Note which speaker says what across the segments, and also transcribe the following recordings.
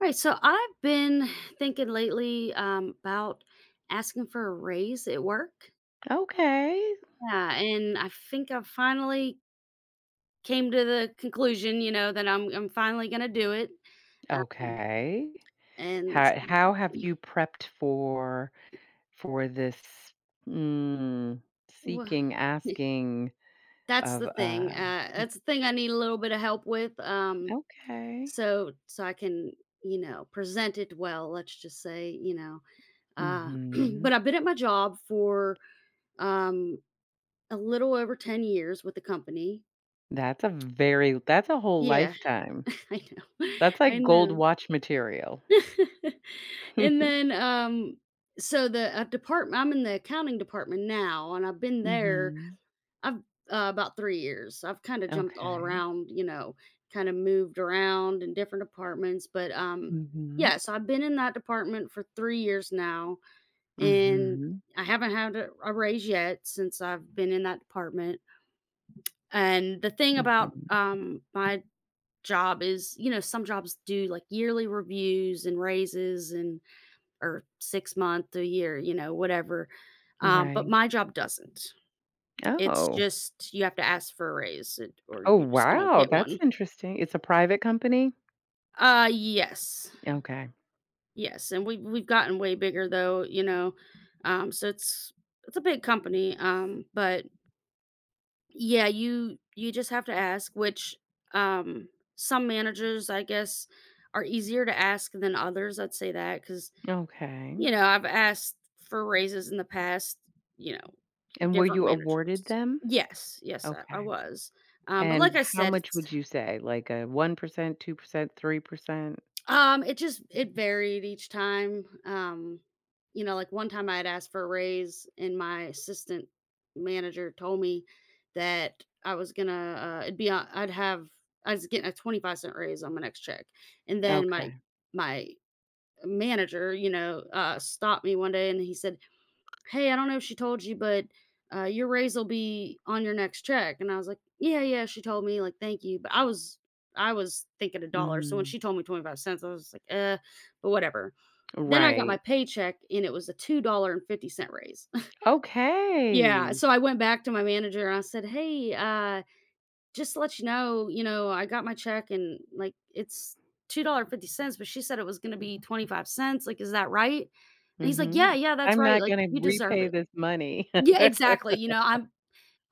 Speaker 1: Right. So I've been thinking lately about asking for a raise at work.
Speaker 2: Okay,
Speaker 1: Yeah, and I think I finally came to the conclusion, you know, that I'm finally gonna do it. Uh,
Speaker 2: okay.
Speaker 1: and
Speaker 2: How have you prepped for this, mm,
Speaker 1: wha-
Speaker 2: seeking, asking
Speaker 1: that's
Speaker 2: of,
Speaker 1: the thing. That's the thing I need a little bit of help with. Um,
Speaker 2: okay.
Speaker 1: so so I can present it well. Let's just say. Uh,
Speaker 2: Mhm.
Speaker 1: but I've been at my job for um a little over 10 years with the company.
Speaker 2: That's a whole
Speaker 1: Yeah,
Speaker 2: lifetime.
Speaker 1: I know,
Speaker 2: That's
Speaker 1: I
Speaker 2: like gold
Speaker 1: know.
Speaker 2: watch material.
Speaker 1: And then, so the, department I'm in, the accounting department now, and I've been there,
Speaker 2: Mhm.
Speaker 1: I've, about 3 years. So I've kinda jumped all
Speaker 2: Okay.
Speaker 1: around, kinda moved around in different departments, but,
Speaker 2: Mhm.
Speaker 1: yeah, so I've been in that department for 3 years now, and
Speaker 2: Mhm.
Speaker 1: I haven't had a raise yet since I've been in that department. And the thing about,
Speaker 2: Mhm.
Speaker 1: my job is, you know, some jobs do like yearly reviews and raises and or 6 month a year, whatever. But
Speaker 2: Right.
Speaker 1: my job doesn't. It's
Speaker 2: Oh.
Speaker 1: just you have to ask for a raise, or
Speaker 2: Oh,
Speaker 1: you just don't
Speaker 2: wow,
Speaker 1: get
Speaker 2: that's
Speaker 1: one.
Speaker 2: interesting. It's a private company?
Speaker 1: Yes,
Speaker 2: Okay.
Speaker 1: yes, and we've gotten way bigger though, you know. So it's a big company, but yeah, you just have to ask, which, um some managers I guess are easier to ask than others, I'd say that because,
Speaker 2: Okay.
Speaker 1: you know, I've asked for raises in the past, you know,
Speaker 2: And were
Speaker 1: different
Speaker 2: you awarded
Speaker 1: managers.
Speaker 2: them?
Speaker 1: Yes, yes, I
Speaker 2: Okay.
Speaker 1: was. But
Speaker 2: And
Speaker 1: like I
Speaker 2: how
Speaker 1: said,
Speaker 2: much
Speaker 1: it's
Speaker 2: would you say? Like a 1%, 2%, 3%?
Speaker 1: it just it varied each time. You know, like one time I had asked for a raise and my assistant manager told me that I was gonna it'd be on I'd have I was getting a 25 cent raise on my next check. And then my
Speaker 2: Okay.
Speaker 1: my manager, you know, stopped me one day and he said, "Hey, I don't know if she told you, but your raise will be on your next check." And I was like, "Yeah, yeah." She told me, like, "Thank you," but I was thinking a dollar. So when
Speaker 2: Mm,
Speaker 1: she told me 25 cents, I was like, but whatever. Then I got my
Speaker 2: right.
Speaker 1: paycheck, and it was a $2.50 raise. Yeah,
Speaker 2: Okay.
Speaker 1: so I went back to my manager and I said, "Hey, just to let you know, I got my check and like it's $2.50, but she said it was going to be 25 cents. Like, is that right?" And he's like,
Speaker 2: Mhm.
Speaker 1: "Yeah, yeah, that's
Speaker 2: I'm
Speaker 1: right.
Speaker 2: not
Speaker 1: Like,
Speaker 2: gonna
Speaker 1: you deserve
Speaker 2: repay
Speaker 1: it."
Speaker 2: this money.
Speaker 1: Yeah, exactly, you know, I'm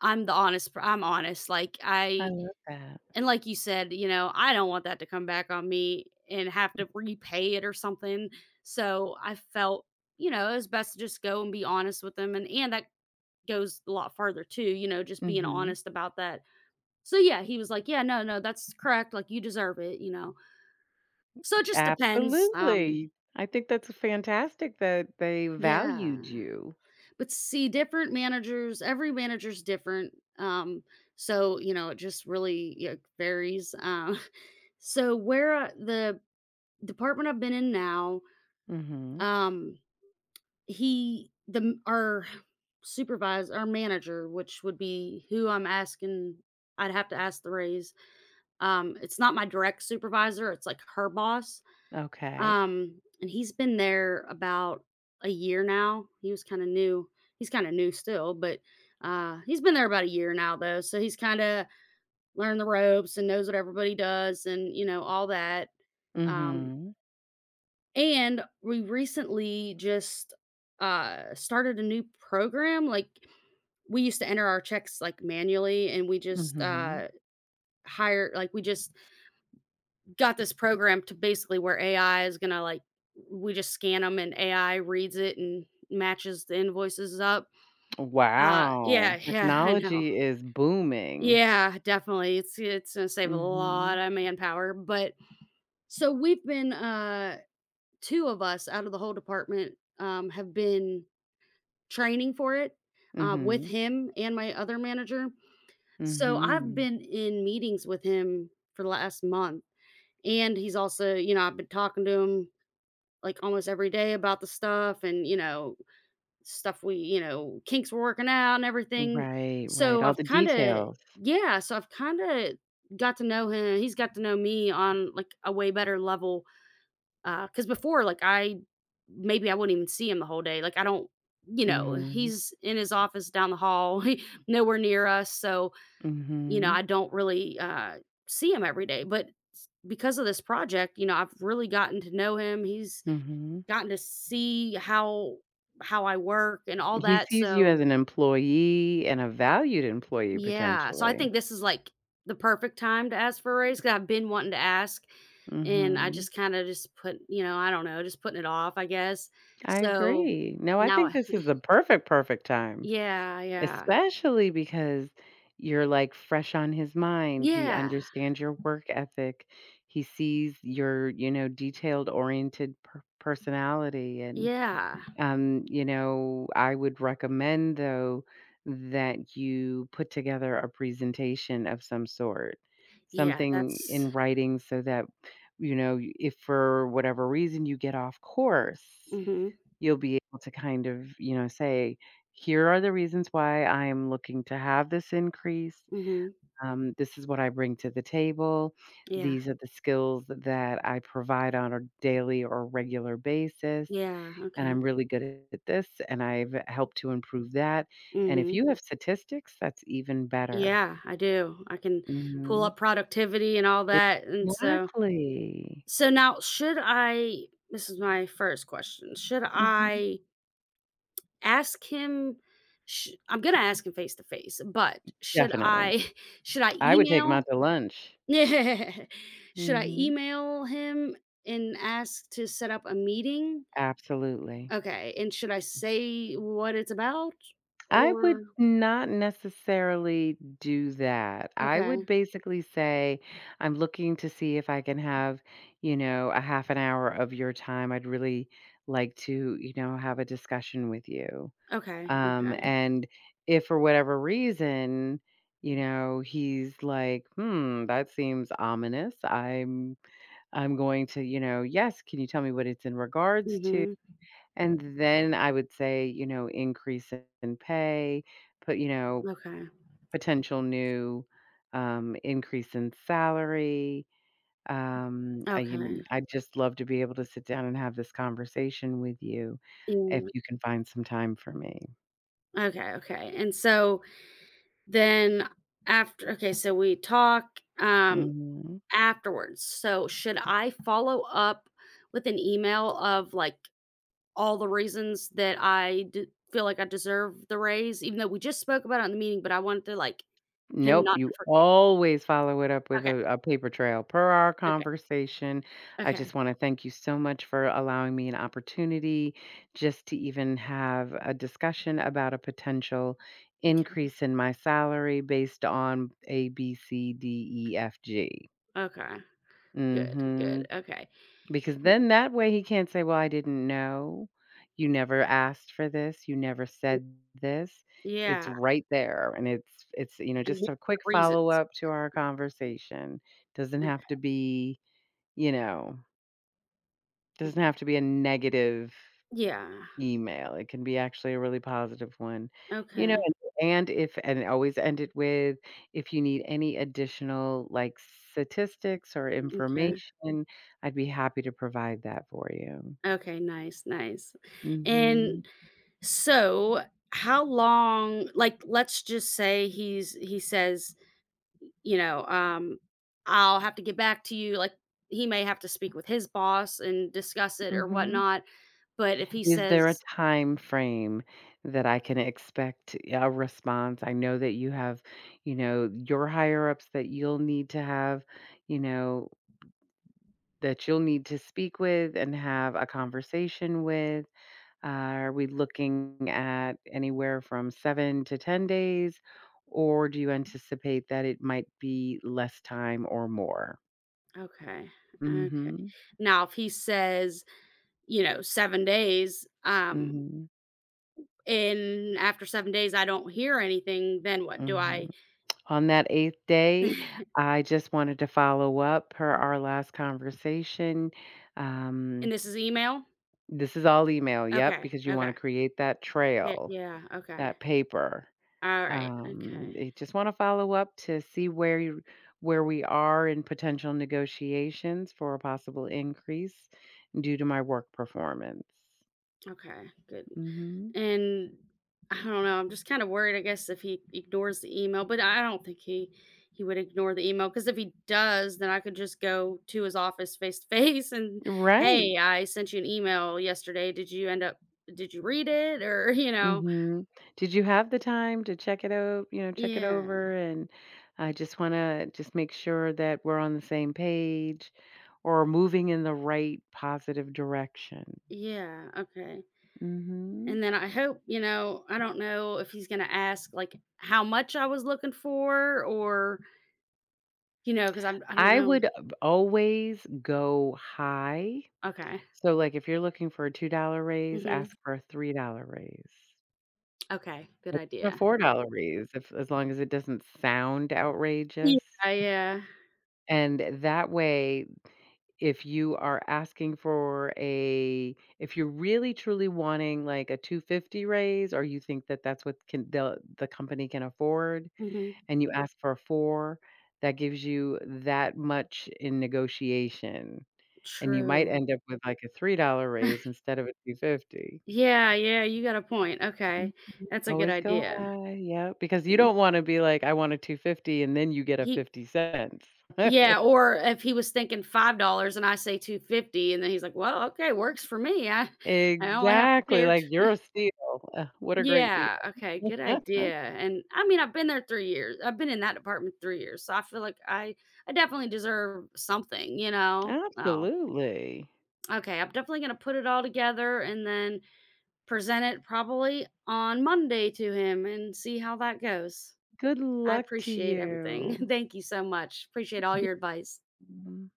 Speaker 1: I'm the honest per I'm honest, like,
Speaker 2: I
Speaker 1: I,
Speaker 2: love that.
Speaker 1: and like you said, you know, I don't want that to come back on me and have to repay it or something, so I felt, you know, it was best to just go and be honest with them. And that goes a lot farther too, you know, just being
Speaker 2: Mhm.
Speaker 1: honest about that. So, yeah, he was like, "Yeah, no, no, that's correct, like, you deserve it," you know? So it just depends.
Speaker 2: Absolutely. I think that's fantastic that they
Speaker 1: Yeah.
Speaker 2: valued you.
Speaker 1: But see, different managers, every manager's different. So you know, it just really, yeah, varies. So where the department I've been in now,
Speaker 2: Mhm.
Speaker 1: um, he the our supervisor, our manager, which would be who I'm asking. I'd have to ask the raise. It's not my direct supervisor; it's like her boss.
Speaker 2: Okay.
Speaker 1: And he's been there about a year now. He was kind of new. He's kind of new still, but he's been there about a year now, though. So he's kind of learned the ropes and knows what everybody does and, you know, all that. Um,
Speaker 2: Mhm.
Speaker 1: and we recently just started a new program. Like, we used to enter our checks like manually and
Speaker 2: Mhm.
Speaker 1: we just got this program to basically where AI is gonna, like, we just scan them and AI reads it and matches the invoices up.
Speaker 2: Wow.
Speaker 1: Yeah, yeah, I know.
Speaker 2: Technology is booming.
Speaker 1: Yeah, definitely. It's gonna save a lot
Speaker 2: Mhm.
Speaker 1: of manpower. But so we've been, two of us out of the whole department, have been training for it, with
Speaker 2: Mhm.
Speaker 1: him and my other manager. So I've
Speaker 2: Mhm.
Speaker 1: been in meetings with him for the last month. And he's also, you know, I've been talking to him like almost every day about the stuff, and stuff we you know kinks we're working out and everything.
Speaker 2: Right, right,
Speaker 1: So
Speaker 2: all
Speaker 1: I've
Speaker 2: the
Speaker 1: kind of
Speaker 2: details.
Speaker 1: Yeah, so I've kind of got to know him. He's got to know me on, like, a way better level, because before, like, I maybe I wouldn't even see him the whole day. Like, I don't you know
Speaker 2: Mhm.
Speaker 1: he's in his office down the hall. Nowhere near us. So
Speaker 2: Mhm.
Speaker 1: I don't really, see him every day, but because of this project, I've really gotten to know him. He's
Speaker 2: Mhm.
Speaker 1: gotten to see how I work and all
Speaker 2: He
Speaker 1: that.
Speaker 2: sees you as
Speaker 1: So
Speaker 2: an employee and a valued employee
Speaker 1: yeah, so I
Speaker 2: potentially.
Speaker 1: think this is, like, the perfect time to ask for a raise because 'cause I've been wanting to ask, and I
Speaker 2: Mhm.
Speaker 1: just kinda just I don't know, just putting it off, I guess,
Speaker 2: I
Speaker 1: so
Speaker 2: agree. No, I
Speaker 1: now
Speaker 2: think
Speaker 1: I
Speaker 2: this is the perfect, perfect time,
Speaker 1: yeah, yeah.
Speaker 2: especially because you're, like, fresh on his mind. He
Speaker 1: Yeah,
Speaker 2: understands your work ethic. He sees your, detailed oriented personality, and
Speaker 1: yeah,
Speaker 2: I would recommend though that you put together a presentation of some sort,
Speaker 1: yeah,
Speaker 2: something
Speaker 1: that's
Speaker 2: in writing so that, if for whatever reason you get off course,
Speaker 1: mhm,
Speaker 2: you'll be able to kind of, say, here are the reasons why I am looking to have this increase.
Speaker 1: mhm,
Speaker 2: This is what I bring to the table.
Speaker 1: yeah,
Speaker 2: These are the skills that I provide on a daily or regular basis.
Speaker 1: yeah,
Speaker 2: And I'm
Speaker 1: okay,
Speaker 2: really good at this, and I've helped to improve that. And if
Speaker 1: mhm,
Speaker 2: you have statistics, that's even better.
Speaker 1: yeah, I do, I can pull
Speaker 2: Mhm.
Speaker 1: up productivity and all that. And so,
Speaker 2: Exactly.
Speaker 1: so now should I this is my first question. Should
Speaker 2: Mhm.
Speaker 1: I ask him, sh I'm gonna ask him face to face, but should
Speaker 2: Definitely.
Speaker 1: I should I
Speaker 2: I would take them out
Speaker 1: email
Speaker 2: to lunch.
Speaker 1: should I
Speaker 2: Mhm.
Speaker 1: email him and ask to set up a meeting?
Speaker 2: Absolutely.
Speaker 1: Okay, and should I say what it's about?
Speaker 2: I would
Speaker 1: Or
Speaker 2: not necessarily do that. I would
Speaker 1: okay,
Speaker 2: basically say, I'm looking to see if I can have, a half an hour of your time. I'd really like to, have a discussion with you.
Speaker 1: okay, okay.
Speaker 2: And if for whatever reason, he's like, hmm, that seems ominous. I'm going to, yes, can you tell me what it's in regards to?
Speaker 1: Mhm.
Speaker 2: And then I would say, increase in pay, put,
Speaker 1: Okay.
Speaker 2: potential new increase in salary.
Speaker 1: Okay.
Speaker 2: I'd just love to be able to sit down and have this conversation with you if
Speaker 1: Yeah.
Speaker 2: you can find some time for me.
Speaker 1: Okay, okay. And so, then after, okay, so we talk,
Speaker 2: Mhm.
Speaker 1: afterwards. So should I follow up with an email of, like, all the reasons that I d feel like I deserve the raise, even though we just spoke about it in the meeting, but I wanted to, like, him
Speaker 2: Nope,
Speaker 1: not to
Speaker 2: you
Speaker 1: forget.
Speaker 2: always follow it up with
Speaker 1: Okay,
Speaker 2: a paper trail. Per our
Speaker 1: okay,
Speaker 2: conversation, I
Speaker 1: okay,
Speaker 2: just wanna thank you so much for allowing me an opportunity just to even have a discussion about a potential
Speaker 1: okay,
Speaker 2: increase in my salary based on A, B, C, D, E, F, G.
Speaker 1: okay. Good, good,
Speaker 2: Mhm.
Speaker 1: okay.
Speaker 2: Because
Speaker 1: Mm,
Speaker 2: then that way he can't say, "Well, I didn't know. You never asked for this. You never
Speaker 1: mm,
Speaker 2: said this." It's
Speaker 1: yeah,
Speaker 2: right there and you know,
Speaker 1: and here's
Speaker 2: just a
Speaker 1: the
Speaker 2: quick
Speaker 1: reasons.
Speaker 2: follow-up to our conversation. Doesn't
Speaker 1: Mm,
Speaker 2: have to be, you know, doesn't have to be a negative
Speaker 1: yeah,
Speaker 2: email. It can be actually a really positive one. You know,
Speaker 1: okay,
Speaker 2: and if and always end it with, "If you need any additional, like, statistics or
Speaker 1: okay,
Speaker 2: information, I'd be happy to provide that for you."
Speaker 1: okay, nice, nice.
Speaker 2: Mhm,
Speaker 1: And so, how long, like, let's just say he says, you know, "I'll have to get back to you," like, he may have to speak with his boss and discuss it or
Speaker 2: mhm.
Speaker 1: whatnot, but if he
Speaker 2: Is there a
Speaker 1: says,
Speaker 2: time frame that I can expect a response? I know that you have, your higher ups that you'll need to have, you know, that you'll need to speak with and have a conversation with. Are we looking at anywhere from 7 to 10 days, or do you anticipate that it might be less time or more?
Speaker 1: okay, okay.
Speaker 2: Mhm,
Speaker 1: Now if he says, you know, 7 days,
Speaker 2: mhm,
Speaker 1: and after 7 days I don't hear anything, then what? Do
Speaker 2: mhm.
Speaker 1: I
Speaker 2: On that 8th
Speaker 1: and
Speaker 2: day, I just wanted to follow up per our last conversation. Um,
Speaker 1: this is email?
Speaker 2: this is all email, yep,
Speaker 1: Okay,
Speaker 2: because you wanna
Speaker 1: okay.
Speaker 2: create that
Speaker 1: Okay,
Speaker 2: trail,
Speaker 1: yeah, okay.
Speaker 2: that paper.
Speaker 1: Alright,
Speaker 2: Um,
Speaker 1: okay.
Speaker 2: eh, just wanna follow up to see where we are in potential negotiations for a possible increase due to my work performance.
Speaker 1: Okay, good.
Speaker 2: Mhm.
Speaker 1: And I don't know, I'm just kind of worried, I guess, if he ignores the email, but I don't think he would ignore the email, because if he does, then I could just go to his office face to face and,
Speaker 2: Right.
Speaker 1: hey, I sent you an email yesterday. Did you end up did you Read it? Or, you know,
Speaker 2: Mhm. Did you have the time to check it out, check it
Speaker 1: yeah.
Speaker 2: over, and I just want to just make sure that we're on the same page or moving in the right positive direction.
Speaker 1: Yeah, okay.
Speaker 2: Mhm.
Speaker 1: And then I hope, you know, I don't know if he's gonna ask like how much I was looking for or, you know, because I don't
Speaker 2: I
Speaker 1: know.
Speaker 2: would always go high.
Speaker 1: Okay.
Speaker 2: So like if you're looking for a $2 raise,
Speaker 1: Mm-hmm.
Speaker 2: ask for a $3 raise.
Speaker 1: Okay, good
Speaker 2: Or even a
Speaker 1: idea.
Speaker 2: $4 raise, if as long as it doesn't sound outrageous.
Speaker 1: Yeah, yeah.
Speaker 2: And that way, if you are asking for a if you're really truly wanting, like, a 250 raise, or you think that that's what can the company can afford,
Speaker 1: Mhm.
Speaker 2: and you ask for a 4, that gives you that much in negotiation, and you might
Speaker 1: True.
Speaker 2: end up with, like, a $3 raise instead of a 250.
Speaker 1: Yeah, yeah, you got a point.
Speaker 2: Mhm.
Speaker 1: Okay. That's a good
Speaker 2: Always go
Speaker 1: idea.
Speaker 2: high, yeah, because you
Speaker 1: Mm,
Speaker 2: don't wanna be like, "I want a 250," and then you get a
Speaker 1: He
Speaker 2: 50 cents.
Speaker 1: yeah, or if he was thinking $5 and I say 250 and then he's like, "Well, okay, works for me. I only have to pay
Speaker 2: Exactly,
Speaker 1: her."
Speaker 2: like, you're a steal. Ugh, what a great deal.
Speaker 1: Yeah, okay, good idea. And I mean, I've been there 3 years. I've been in that department 3 years. So I feel like I definitely deserve something, you know? Oh.
Speaker 2: Absolutely.
Speaker 1: Okay, I'm definitely going to put it all together and then present it probably on Monday to him and see how that goes.
Speaker 2: Good
Speaker 1: I
Speaker 2: luck to
Speaker 1: appreciate everything.
Speaker 2: you.
Speaker 1: Thank you so much. Appreciate all your advice.
Speaker 2: Yeah.